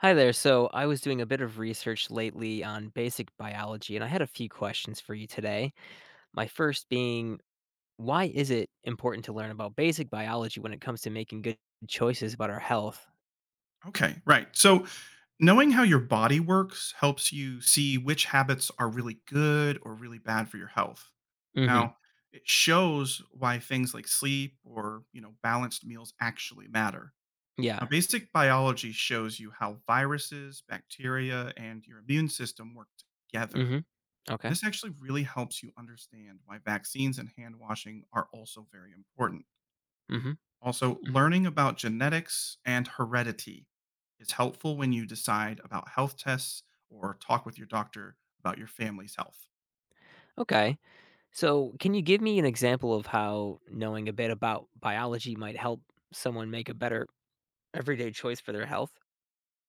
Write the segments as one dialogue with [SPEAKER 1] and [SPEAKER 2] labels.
[SPEAKER 1] Hi there. So, I was doing a bit of research lately on basic biology, and I had a few questions for you today. My first being, why is it important to learn about basic biology when it comes to making good choices about our health?
[SPEAKER 2] Okay, right. So knowing how your body works helps you see which habits are really good or really bad for your health.
[SPEAKER 1] Hmm.
[SPEAKER 2] Now, it shows why things like sleep or, balanced meals actually matter. Now,
[SPEAKER 1] Yeah.
[SPEAKER 2] basic biology shows you how viruses, bacteria, and your immune system work together.
[SPEAKER 1] Hmm.
[SPEAKER 2] And
[SPEAKER 1] Okay.
[SPEAKER 2] this actually really helps you understand why vaccines and hand washing are also very important.
[SPEAKER 1] Hmm.
[SPEAKER 2] Also,
[SPEAKER 1] Hmm.
[SPEAKER 2] learning about genetics and heredity is helpful when you decide about health tests or talk with your doctor about your family's health.
[SPEAKER 1] Okay. So, can you give me an example of how knowing a bit about biology might help someone make a better everyday choice for their health?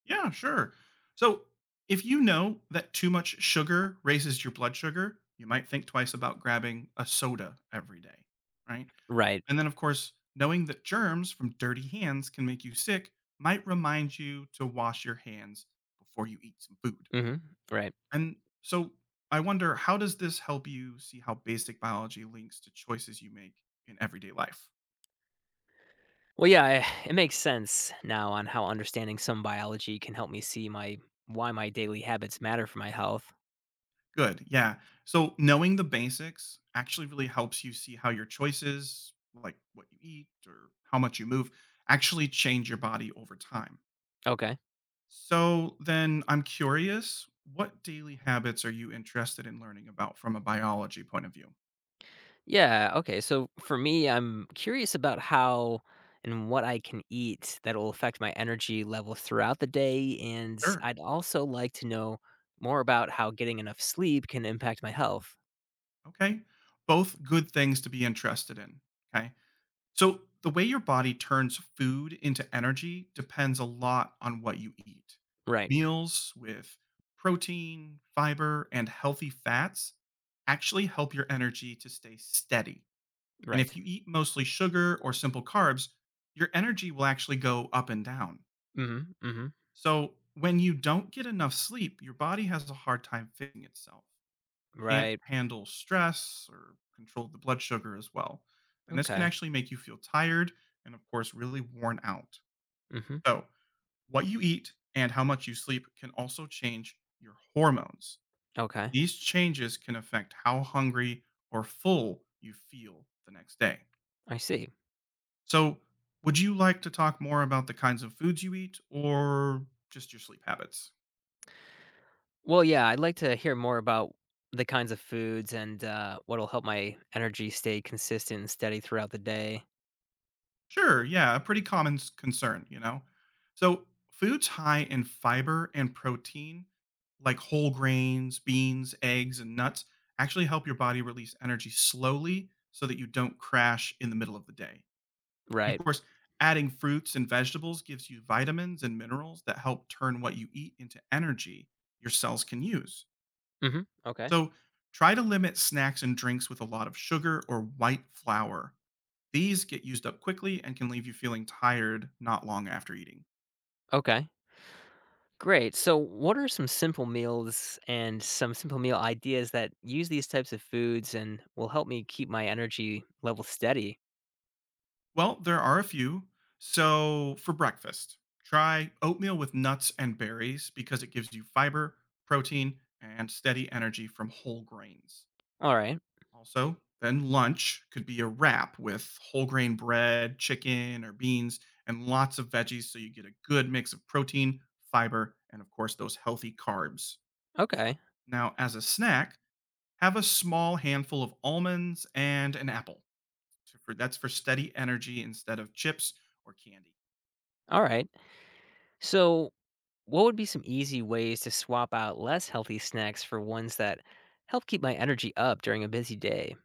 [SPEAKER 2] Yeah, sure. So, if you know that too much sugar raises your blood sugar, you might think twice about grabbing a soda every day, right?
[SPEAKER 1] Right.
[SPEAKER 2] And then, of course, knowing that germs from dirty hands can make you sick might remind you to wash your hands before you eat some food.
[SPEAKER 1] Hmm. Right.
[SPEAKER 2] And so I wonder how does this help you see how basic biology links to choices you make in everyday life?
[SPEAKER 1] Well, yeah, it makes sense now on how understanding some biology can help me see my why my daily habits matter for my health.
[SPEAKER 2] Good. Yeah. So knowing the basics actually really helps you see how your choices, like what you eat or how much you move, actually change your body over time.
[SPEAKER 1] Okay.
[SPEAKER 2] So then I'm curious, what daily habits are you interested in learning about from a biology point of view?
[SPEAKER 1] Yeah, okay. So for me, I'm curious about how and what I can eat that will affect my energy level throughout the day, and
[SPEAKER 2] Sure.
[SPEAKER 1] I'd also like to know more about how getting enough sleep can impact my health.
[SPEAKER 2] Okay. Both good things to be interested in. Okay. So, the way your body turns food into energy depends a lot on what you eat.
[SPEAKER 1] Right.
[SPEAKER 2] Meals with protein, fiber, and healthy fats actually help your energy to stay steady. And if
[SPEAKER 1] Right.
[SPEAKER 2] you eat mostly sugar or simple carbs, your energy will actually go up and down.
[SPEAKER 1] Mhm. Mhm.
[SPEAKER 2] So, when you don't get enough sleep, your body has a hard time fitting itself can't
[SPEAKER 1] Right.
[SPEAKER 2] handle stress or control the blood sugar as well. And this can
[SPEAKER 1] Okay.
[SPEAKER 2] actually make you feel tired and, of course, really worn out.
[SPEAKER 1] Mhm.
[SPEAKER 2] So, what you eat and how much you sleep can also change your hormones.
[SPEAKER 1] Okay.
[SPEAKER 2] These changes can affect how hungry or full you feel the next day.
[SPEAKER 1] I see.
[SPEAKER 2] So, would you like to talk more about the kinds of foods you eat or just your sleep habits?
[SPEAKER 1] Well, yeah, I'd like to hear more about the kinds of foods and what'll help my energy stay consistent and steady throughout the day.
[SPEAKER 2] Sure, yeah, a pretty common concern, you know? So, foods high in fiber and protein, like whole grains, beans, eggs, and nuts, actually help your body release energy slowly so that you don't crash in the middle of the day. And
[SPEAKER 1] Right.
[SPEAKER 2] of course, adding fruits and vegetables gives you vitamins and minerals that help turn what you eat into energy your cells can use.
[SPEAKER 1] Hmm. Okay.
[SPEAKER 2] So, try to limit snacks and drinks with a lot of sugar or white flour these get used up quickly and can leave you feeling tired not long after eating.
[SPEAKER 1] Okay. Great. So, what are some simple meals and some simple meal ideas that use these types of foods and will help me keep my energy level steady?
[SPEAKER 2] Well, there are a few. So, for breakfast, try oatmeal with nuts and berries because it gives you fiber, protein, and steady energy from whole grains.
[SPEAKER 1] All right.
[SPEAKER 2] Also, then lunch could be a wrap with whole grain bread, chicken, or beans, and lots of veggies so you get a good mix of protein, fiber, and of course, those healthy carbs.
[SPEAKER 1] Okay.
[SPEAKER 2] Now, as a snack, have a small handful of almonds and an apple. That's for steady energy instead of chips or candy.
[SPEAKER 1] All right. So, what would be some easy ways to swap out less healthy snacks for ones that help keep my energy up during a busy day?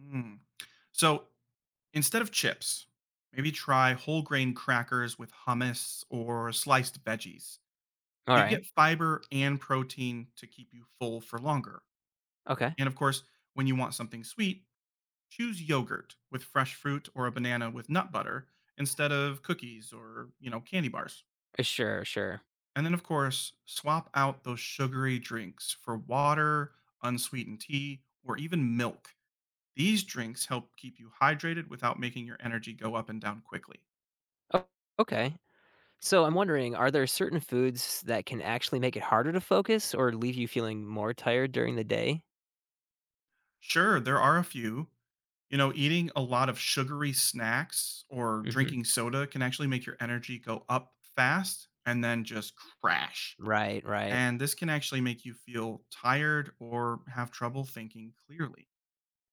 [SPEAKER 2] Mm. So instead of chips, maybe try whole grain crackers with hummus or sliced veggies.
[SPEAKER 1] All
[SPEAKER 2] You
[SPEAKER 1] right.
[SPEAKER 2] get fiber and protein to keep you full for longer.
[SPEAKER 1] Okay.
[SPEAKER 2] And of course, when you want something sweet, choose yogurt with fresh fruit or a banana with nut butter instead of cookies or, candy bars.
[SPEAKER 1] Sure, sure.
[SPEAKER 2] And then, of course, swap out those sugary drinks for water, unsweetened tea, or even milk. These drinks help keep you hydrated without making your energy go up and down quickly.
[SPEAKER 1] Oh, okay. So I'm wondering, are there certain foods that can actually make it harder to focus or leave you feeling more tired during the day?
[SPEAKER 2] Sure, there are a few. You know, eating a lot of sugary snacks or
[SPEAKER 1] Hmm.
[SPEAKER 2] drinking soda can actually make your energy go up fast and then just crash.
[SPEAKER 1] Right, right.
[SPEAKER 2] And this can actually make you feel tired or have trouble thinking clearly.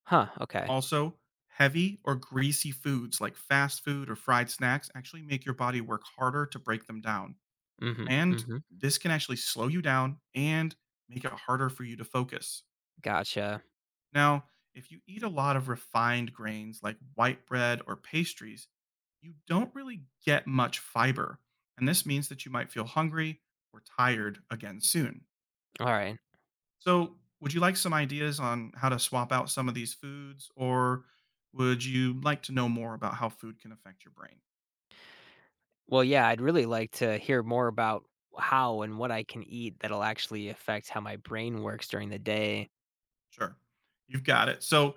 [SPEAKER 1] Huh, okay.
[SPEAKER 2] Also, heavy or greasy foods like fast food or fried snacks actually make your body work harder to break them down.
[SPEAKER 1] Hmm.
[SPEAKER 2] And
[SPEAKER 1] Hmm.
[SPEAKER 2] this can actually slow you down and make it harder for you to focus.
[SPEAKER 1] Gotcha.
[SPEAKER 2] Now, if you eat a lot of refined grains like white bread or pastries, you don't really get much fiber. And this means that you might feel hungry or tired again soon.
[SPEAKER 1] All right.
[SPEAKER 2] So, would you like some ideas on how to swap out some of these foods, or would you like to know more about how food can affect your brain?
[SPEAKER 1] Well, yeah, I'd really like to hear more about how and what I can eat that'll actually affect how my brain works during the day.
[SPEAKER 2] Sure, you've got it. So,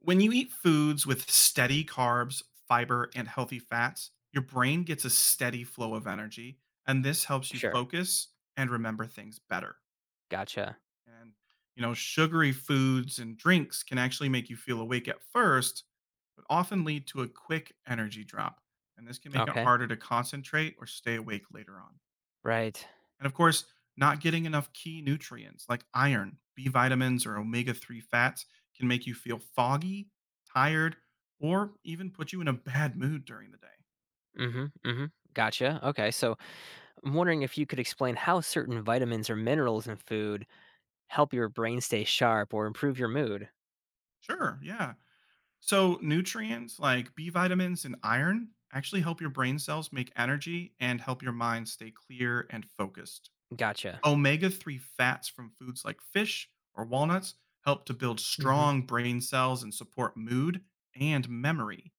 [SPEAKER 2] when you eat foods with steady carbs, fiber, and healthy fats, your brain gets a steady flow of energy, and this helps you
[SPEAKER 1] Sure.
[SPEAKER 2] focus and remember things better.
[SPEAKER 1] Gotcha.
[SPEAKER 2] And, you know, sugary foods and drinks can actually make you feel awake at first, often lead to a quick energy drop, and this can make it
[SPEAKER 1] Okay.
[SPEAKER 2] harder to concentrate or stay awake later on.
[SPEAKER 1] Right.
[SPEAKER 2] And of course, not getting enough key nutrients like iron, B vitamins, or omega omega-3 fats can make you feel foggy, tired, or even put you in a bad mood during the day.
[SPEAKER 1] Hmm. Hmm. Gotcha. Okay. So I'm wondering if you could explain how certain vitamins or minerals in food help your brain stay sharp or improve your mood.
[SPEAKER 2] Sure, yeah. So, nutrients like B vitamins and iron actually help your brain cells make energy and help your mind stay clear and focused.
[SPEAKER 1] Gotcha.
[SPEAKER 2] Omega-3 fats from foods like fish or walnuts help to build
[SPEAKER 1] Hmm.
[SPEAKER 2] strong brain cells and support mood and memory.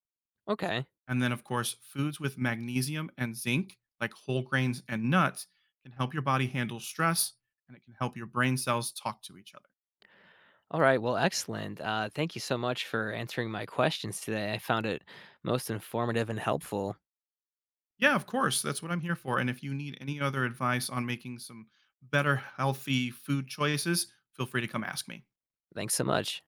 [SPEAKER 1] Okay.
[SPEAKER 2] And then, of course, foods with magnesium and zinc, like whole grains and nuts, can help your body handle stress and it can help your brain cells talk to each other.
[SPEAKER 1] All right. Well, excellent. Thank you so much for answering my questions today. I found it most informative and helpful.
[SPEAKER 2] Yeah, of course. That's what I'm here for. And if you need any other advice on making some better, healthy food choices, feel free to come ask me.
[SPEAKER 1] Thanks so much.